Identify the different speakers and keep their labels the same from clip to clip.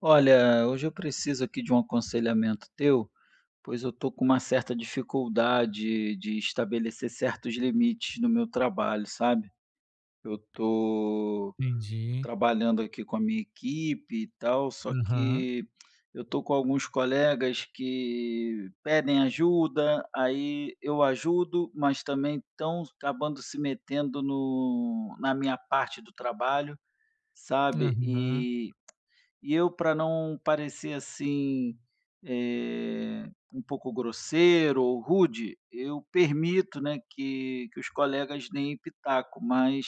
Speaker 1: Olha, hoje eu preciso aqui de um aconselhamento teu, pois eu estou com uma certa dificuldade de estabelecer certos limites no meu trabalho, sabe? Eu estou
Speaker 2: Entendi.
Speaker 1: trabalhando aqui com a minha equipe e tal, só
Speaker 2: Aham,
Speaker 1: que eu estou com alguns colegas que pedem ajuda, aí eu ajudo, mas também estão acabando se metendo no, na minha parte do trabalho, sabe?
Speaker 2: aham,
Speaker 1: E eu, para não parecer assim, um pouco grosseiro ou rude, eu permito, né, que os colegas deem pitaco, mas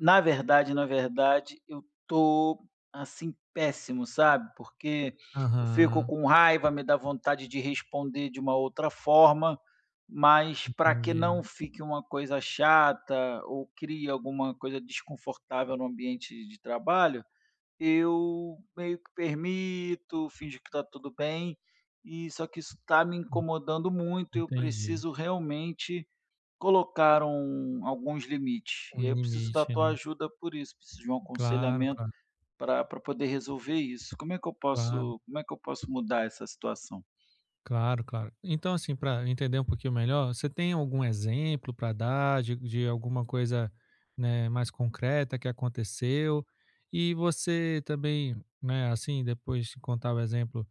Speaker 1: na verdade, eu tô, assim, péssimo, sabe, porque eu fico
Speaker 2: aham.
Speaker 1: com raiva, me dá vontade de responder de uma outra forma, mas para que
Speaker 2: Entendi,
Speaker 1: não fique uma coisa chata ou crie alguma coisa desconfortável no ambiente de trabalho, eu meio que permito, finjo que está tudo bem, e só que isso está me
Speaker 2: en
Speaker 1: incomodando muito, eu
Speaker 2: entendi.
Speaker 1: preciso realmente colocar um alguns limites. E aí
Speaker 2: Um
Speaker 1: eu preciso da
Speaker 2: limite,
Speaker 1: tua
Speaker 2: né.
Speaker 1: ajuda por isso, preciso de um
Speaker 2: Claro,
Speaker 1: aconselhamento
Speaker 2: claro,
Speaker 1: para pra poder resolver isso. Como é que eu
Speaker 2: claro,
Speaker 1: posso como é que eu posso mudar essa situação?
Speaker 2: claro, claro. Então, assim, para entender um pouquinho melhor, você tem algum exemplo para dar de alguma coisa, né, mais concreta que aconteceu? E você também, né, assim, depois de contar o exemplo,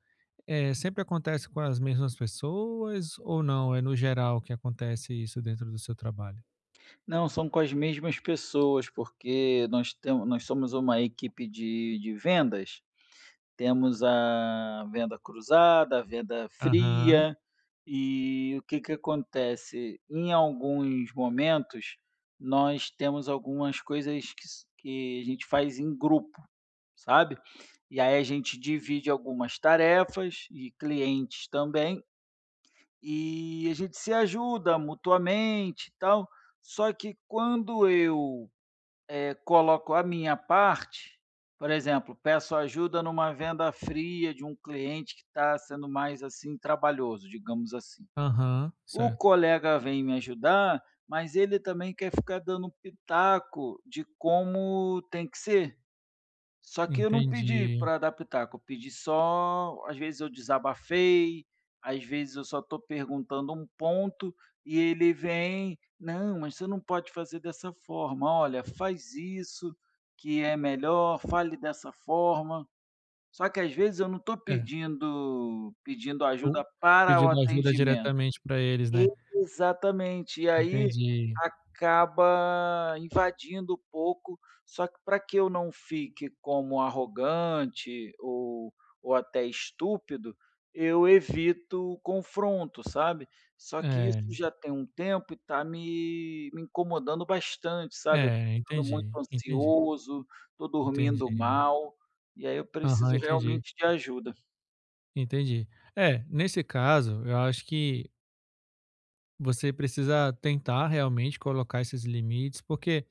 Speaker 2: é sempre acontece com as mesmas pessoas ou não? É no geral que acontece isso dentro do seu trabalho?
Speaker 1: Não, são com as mesmas pessoas, porque nós somos uma equipe de vendas. Temos a venda cruzada, a venda
Speaker 2: Aham.
Speaker 1: fria, e o que que acontece? Em alguns momentos, nós temos algumas coisas que a gente faz em grupo, sabe. E aí a gente divide algumas tarefas e clientes também, e a gente se ajuda mutuamente e tal. Só que quando eu coloco a minha parte, por exemplo, peço ajuda numa venda fria de um cliente que está sendo mais assim trabalhoso, digamos assim.
Speaker 2: Aham,
Speaker 1: O
Speaker 2: certo.
Speaker 1: colega vem me ajudar, mas ele também quer ficar dando pitaco de como tem que ser. Só que eu não pedi
Speaker 2: Entendi.
Speaker 1: para adaptar. Eu pedi só... às vezes eu desabafei, às vezes eu só estou perguntando um ponto e ele vem: "Não, mas você não pode fazer dessa forma, olha, faz isso que é melhor, fale dessa forma". Só que às vezes eu não estou
Speaker 2: É,
Speaker 1: pedindo
Speaker 2: o
Speaker 1: ajuda para o
Speaker 2: pedindo ajuda
Speaker 1: atendimento.
Speaker 2: diretamente para eles, né.
Speaker 1: Exatamente. E aí
Speaker 2: Entendi.
Speaker 1: acaba invadindo um pouco, só que para que eu não fique como arrogante ou até estúpido, eu evito o confronto, sabe. Só que isso
Speaker 2: É,
Speaker 1: já tem um tempo e está me incomodando bastante, sabe. Eu tô
Speaker 2: é,
Speaker 1: ficando muito
Speaker 2: entendi, entendi,
Speaker 1: ansioso, tô dormindo
Speaker 2: entendi.
Speaker 1: mal, e aí eu
Speaker 2: Aham,
Speaker 1: preciso
Speaker 2: entendi,
Speaker 1: realmente de ajuda.
Speaker 2: entendi. É, nesse caso, eu acho que você precisa tentar realmente colocar esses limites, porque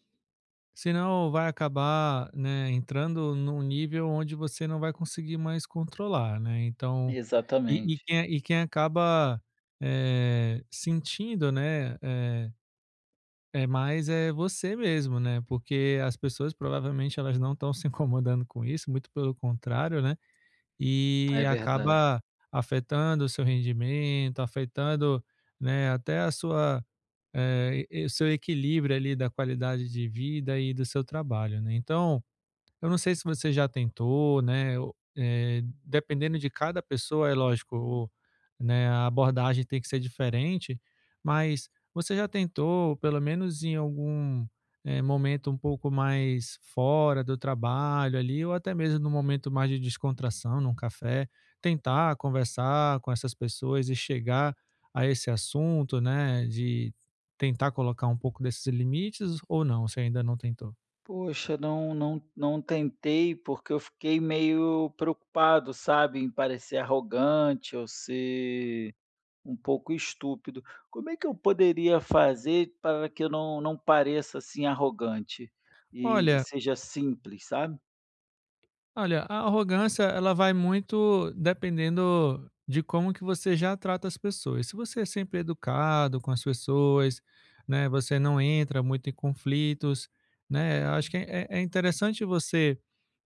Speaker 2: senão vai acabar, né, entrando num nível onde você não vai conseguir mais controlar, né, então e e
Speaker 1: Exatamente,
Speaker 2: quem e quem acaba, sentindo, né, é mais é você mesmo, né, porque as pessoas provavelmente elas não estão se incomodando com isso, muito pelo contrário, né, e
Speaker 1: é verdade.
Speaker 2: acaba afetando o seu rendimento, afetando, né, até a sua, e o seu equilíbrio ali da qualidade de vida e do seu trabalho, né. Então eu não sei se você já tentou, né, dependendo de cada pessoa, é lógico, o né, a abordagem tem que ser diferente, mas você já tentou, pelo menos em algum, momento um pouco mais fora do trabalho ali, ou até mesmo num momento mais de descontração, num café, tentar conversar com essas pessoas e chegar a esse assunto, né, de tentar colocar um pouco desses limites ou não, você ainda não tentou?
Speaker 1: Poxa, não tentei, porque eu fiquei meio preocupado, sabe, em parecer arrogante ou ser um pouco estúpido. Como é que eu poderia fazer para que eu não pareça, assim, arrogante e
Speaker 2: Olha
Speaker 1: seja simples, sabe?
Speaker 2: Olha, a arrogância, ela vai muito dependendo de como que você já trata as pessoas. Se você é sempre educado com as pessoas, né, você não entra muito em conflitos, né, acho que é interessante você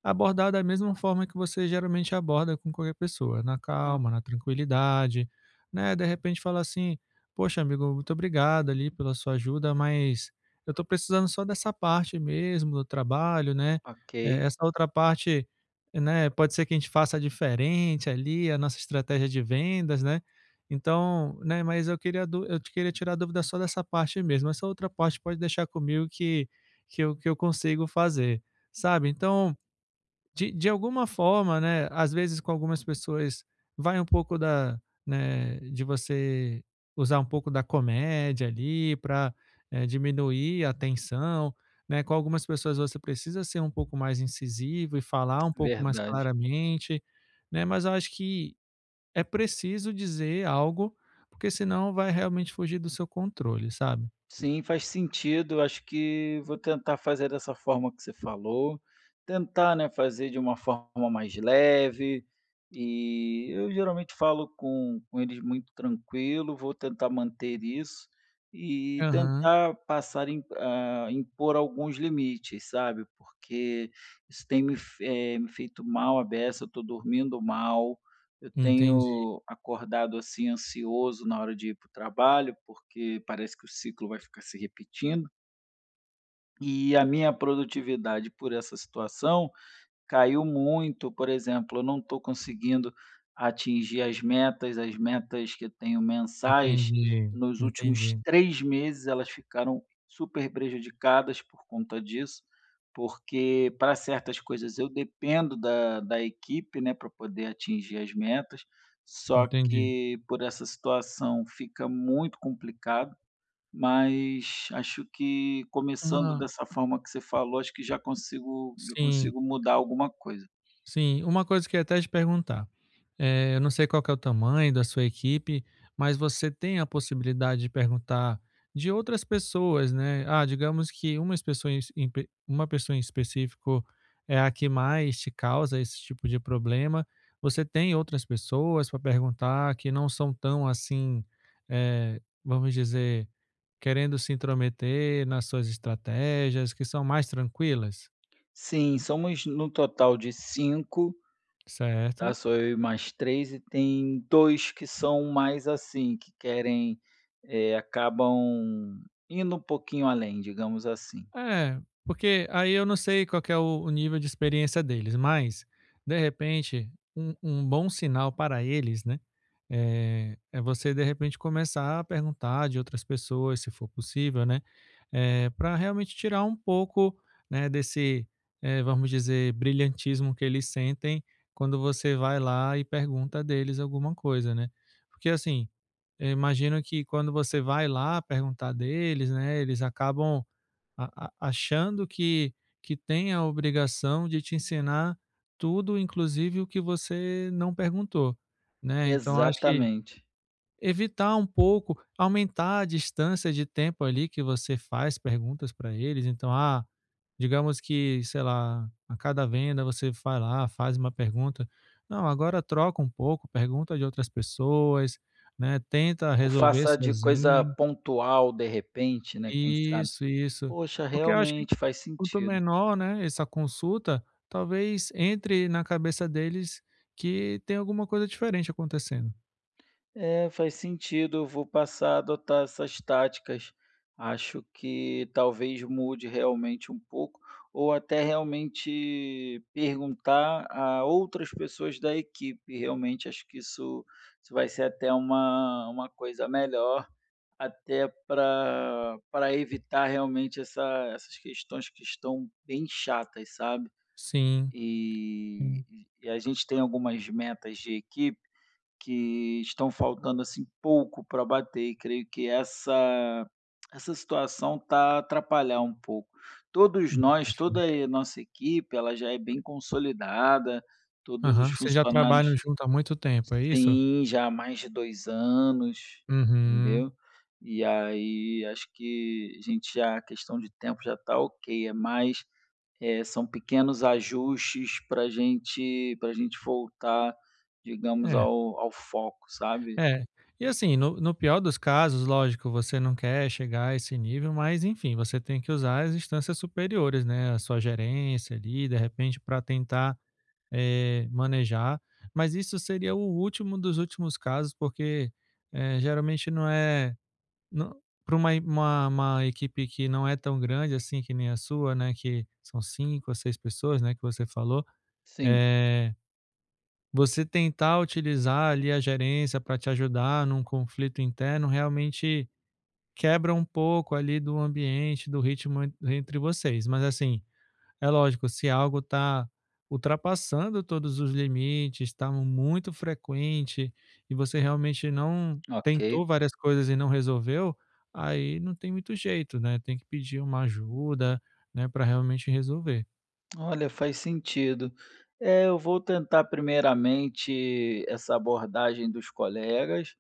Speaker 2: abordar da mesma forma que você geralmente aborda com qualquer pessoa, na
Speaker 1: O,
Speaker 2: calma, na tranquilidade, né, de repente falar assim, poxa, amigo, muito obrigado ali pela sua ajuda, mas eu estou precisando só dessa parte mesmo do trabalho, né,
Speaker 1: ok,
Speaker 2: essa outra parte, né, pode ser que a gente faça diferente ali, a nossa estratégia de vendas, né. Então, né, mas eu te queria tirar dúvida só dessa parte mesmo, essa outra parte pode deixar comigo que eu consigo fazer, sabe. Então, de alguma forma, né, às vezes com algumas pessoas vai um pouco da né, de você usar um pouco da comédia ali para diminuir a tensão, né, com algumas pessoas você precisa ser um pouco mais incisivo e falar um pouco mais
Speaker 1: verdade.
Speaker 2: claramente, né, mas eu acho que é preciso dizer algo, porque senão vai realmente fugir do seu controle, sabe.
Speaker 1: Sim, faz sentido. Acho que vou tentar fazer dessa forma que você falou, tentar, né, fazer de uma forma mais leve. E eu geralmente falo com eles muito tranquilo, vou tentar manter isso e
Speaker 2: Aham.
Speaker 1: tentar passar em, a impor alguns limites, sabe? Porque isso tem me feito mal a beça, eu estou dormindo mal, eu
Speaker 2: Entendi,
Speaker 1: tenho acordado assim ansioso na hora de ir para o trabalho, porque parece que o ciclo vai ficar se repetindo. E a minha produtividade, por essa situação, caiu muito. Por exemplo, eu não estou conseguindo atingir as metas que eu tenho mensais,
Speaker 2: entendi,
Speaker 1: nos últimos
Speaker 2: entendi,
Speaker 1: 3 meses elas ficaram super prejudicadas por conta disso, porque para certas coisas eu dependo da equipe, né, para poder atingir as metas, só
Speaker 2: entendi.
Speaker 1: que por essa situação fica muito complicado, mas acho que começando
Speaker 2: Uma
Speaker 1: dessa forma que você falou, acho que já consigo já
Speaker 2: Sim.
Speaker 1: consigo mudar alguma coisa.
Speaker 2: Sim, uma coisa que eu ia até te perguntar, eu não sei qual que é o tamanho da sua equipe, mas você tem a possibilidade de perguntar de outras pessoas, né. Ah, digamos que uma pessoa em específico é a que mais te causa esse tipo de problema, você tem outras pessoas para perguntar que não são tão assim, vamos dizer, querendo se intrometer nas suas estratégias, que são mais tranquilas?
Speaker 1: Sim, somos no total de 5, tá,
Speaker 2: Certo.
Speaker 1: sou eu e mais 3 e tem 2 que são mais, assim, que querem, acabam indo um pouquinho além, digamos assim.
Speaker 2: É, porque aí eu não sei qual que é o nível de experiência deles, mas, de repente, um bom sinal para eles, né, é você, de repente, começar a perguntar de outras pessoas, se for possível, né, para realmente tirar um pouco, né, desse, vamos dizer, brilhantismo que eles sentem quando você vai lá e pergunta deles alguma coisa, né. Porque, assim, eu imagino que quando você vai lá perguntar deles, né, eles acabam achando que tem a obrigação de te ensinar tudo, inclusive o que você não perguntou, né? Então, acho que
Speaker 1: Exatamente.
Speaker 2: evitar um pouco, aumentar a distância de tempo ali que você faz perguntas para eles. Então, ah, digamos que, sei lá, a cada venda você vai lá, faz uma pergunta. Não, agora troca um pouco, pergunta de outras pessoas, né? Tenta
Speaker 1: Ou
Speaker 2: resolver
Speaker 1: faça de coisa
Speaker 2: sozinho.
Speaker 1: pontual de repente, né, quem sabe.
Speaker 2: Isso, isso.
Speaker 1: Poxa,
Speaker 2: Porque eu acho que
Speaker 1: realmente faz
Speaker 2: quanto
Speaker 1: sentido.
Speaker 2: menor, né, essa consulta, talvez entre na cabeça deles que tem alguma coisa diferente acontecendo.
Speaker 1: É, faz sentido. Eu vou passar a adotar essas táticas. Acho que talvez mude realmente um pouco, ou até realmente perguntar a outras pessoas da equipe. Realmente acho que isso vai ser até uma coisa melhor, até para evitar realmente essa, essas questões que estão bem chatas, sabe?
Speaker 2: Sim,
Speaker 1: E,
Speaker 2: en
Speaker 1: e a gente tem algumas metas de equipe que estão faltando, assim, pouco para bater e creio que essa situação tá atrapalhar um pouco. Todos nós,
Speaker 2: entendi.
Speaker 1: toda a nossa equipe, ela já é bem consolidada, todos os
Speaker 2: Aham. Vocês já
Speaker 1: funcionários
Speaker 2: trabalham junto há muito tempo, é isso?
Speaker 1: têm já há mais de 2 anos,
Speaker 2: Uhum.
Speaker 1: entendeu. E aí acho que a gente já... a questão de tempo já tá ok, é mais é, são pequenos ajustes para gente voltar, digamos,
Speaker 2: É,
Speaker 1: ao foco, sabe?
Speaker 2: é. E assim, no pior dos casos, lógico, você não quer chegar a esse nível, mas enfim, você tem que usar as instâncias superiores, né, a sua gerência ali, de repente, para tentar manejar. Mas isso seria o último dos últimos casos, porque geralmente não é. Para uma equipe que não é tão grande assim que nem a sua, né? Que são cinco ou seis pessoas, né? Que você falou.
Speaker 1: Sim,
Speaker 2: eh, você tentar utilizar ali a gerência para te ajudar num conflito interno realmente quebra um pouco ali do ambiente, do ritmo entre vocês. Mas assim, é lógico, se algo está ultrapassando todos os limites, está muito frequente e você realmente não tentou
Speaker 1: ok.
Speaker 2: várias coisas e não resolveu, aí não tem muito jeito, né? Tem que pedir uma ajuda, né, para realmente resolver.
Speaker 1: Olha, faz sentido. É, eu vou tentar primeiramente essa abordagem dos colegas,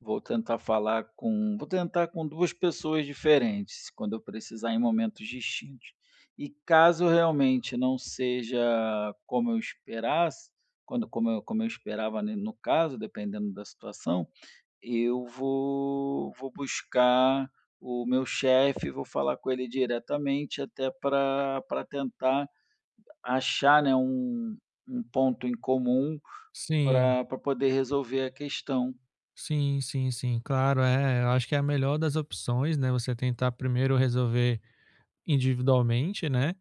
Speaker 1: vou tentar com 2 pessoas diferentes, quando eu precisar em momentos distintos. E caso realmente não seja como eu esperasse, quando como eu esperava, né, no caso, dependendo da situação, eu vou buscar o meu chefe, vou falar com ele diretamente, até pra tentar achar, né, um um ponto em comum
Speaker 2: Sim,
Speaker 1: pra poder resolver a questão.
Speaker 2: sim, sim, sim. Claro, é. Eu acho que é a melhor das opções, né? Você tentar primeiro resolver individualmente, né?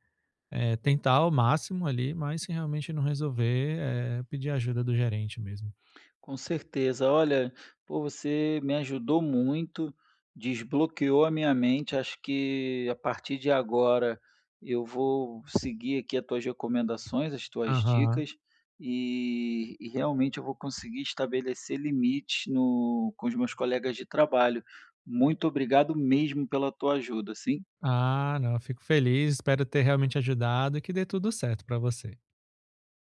Speaker 2: É, tentar ao máximo ali, mas se realmente não resolver, é, pedir ajuda do gerente mesmo.
Speaker 1: Com certeza. Olha, pô, você me ajudou muito, desbloqueou a minha mente. Acho que a partir de agora eu vou seguir aqui as tuas recomendações, as tuas
Speaker 2: Aham.
Speaker 1: dicas, e realmente eu vou conseguir estabelecer limites no, com os meus colegas de trabalho. Muito obrigado mesmo pela tua ajuda, sim.
Speaker 2: Ah, não, eu fico feliz, espero ter realmente ajudado e que dê tudo certo para você.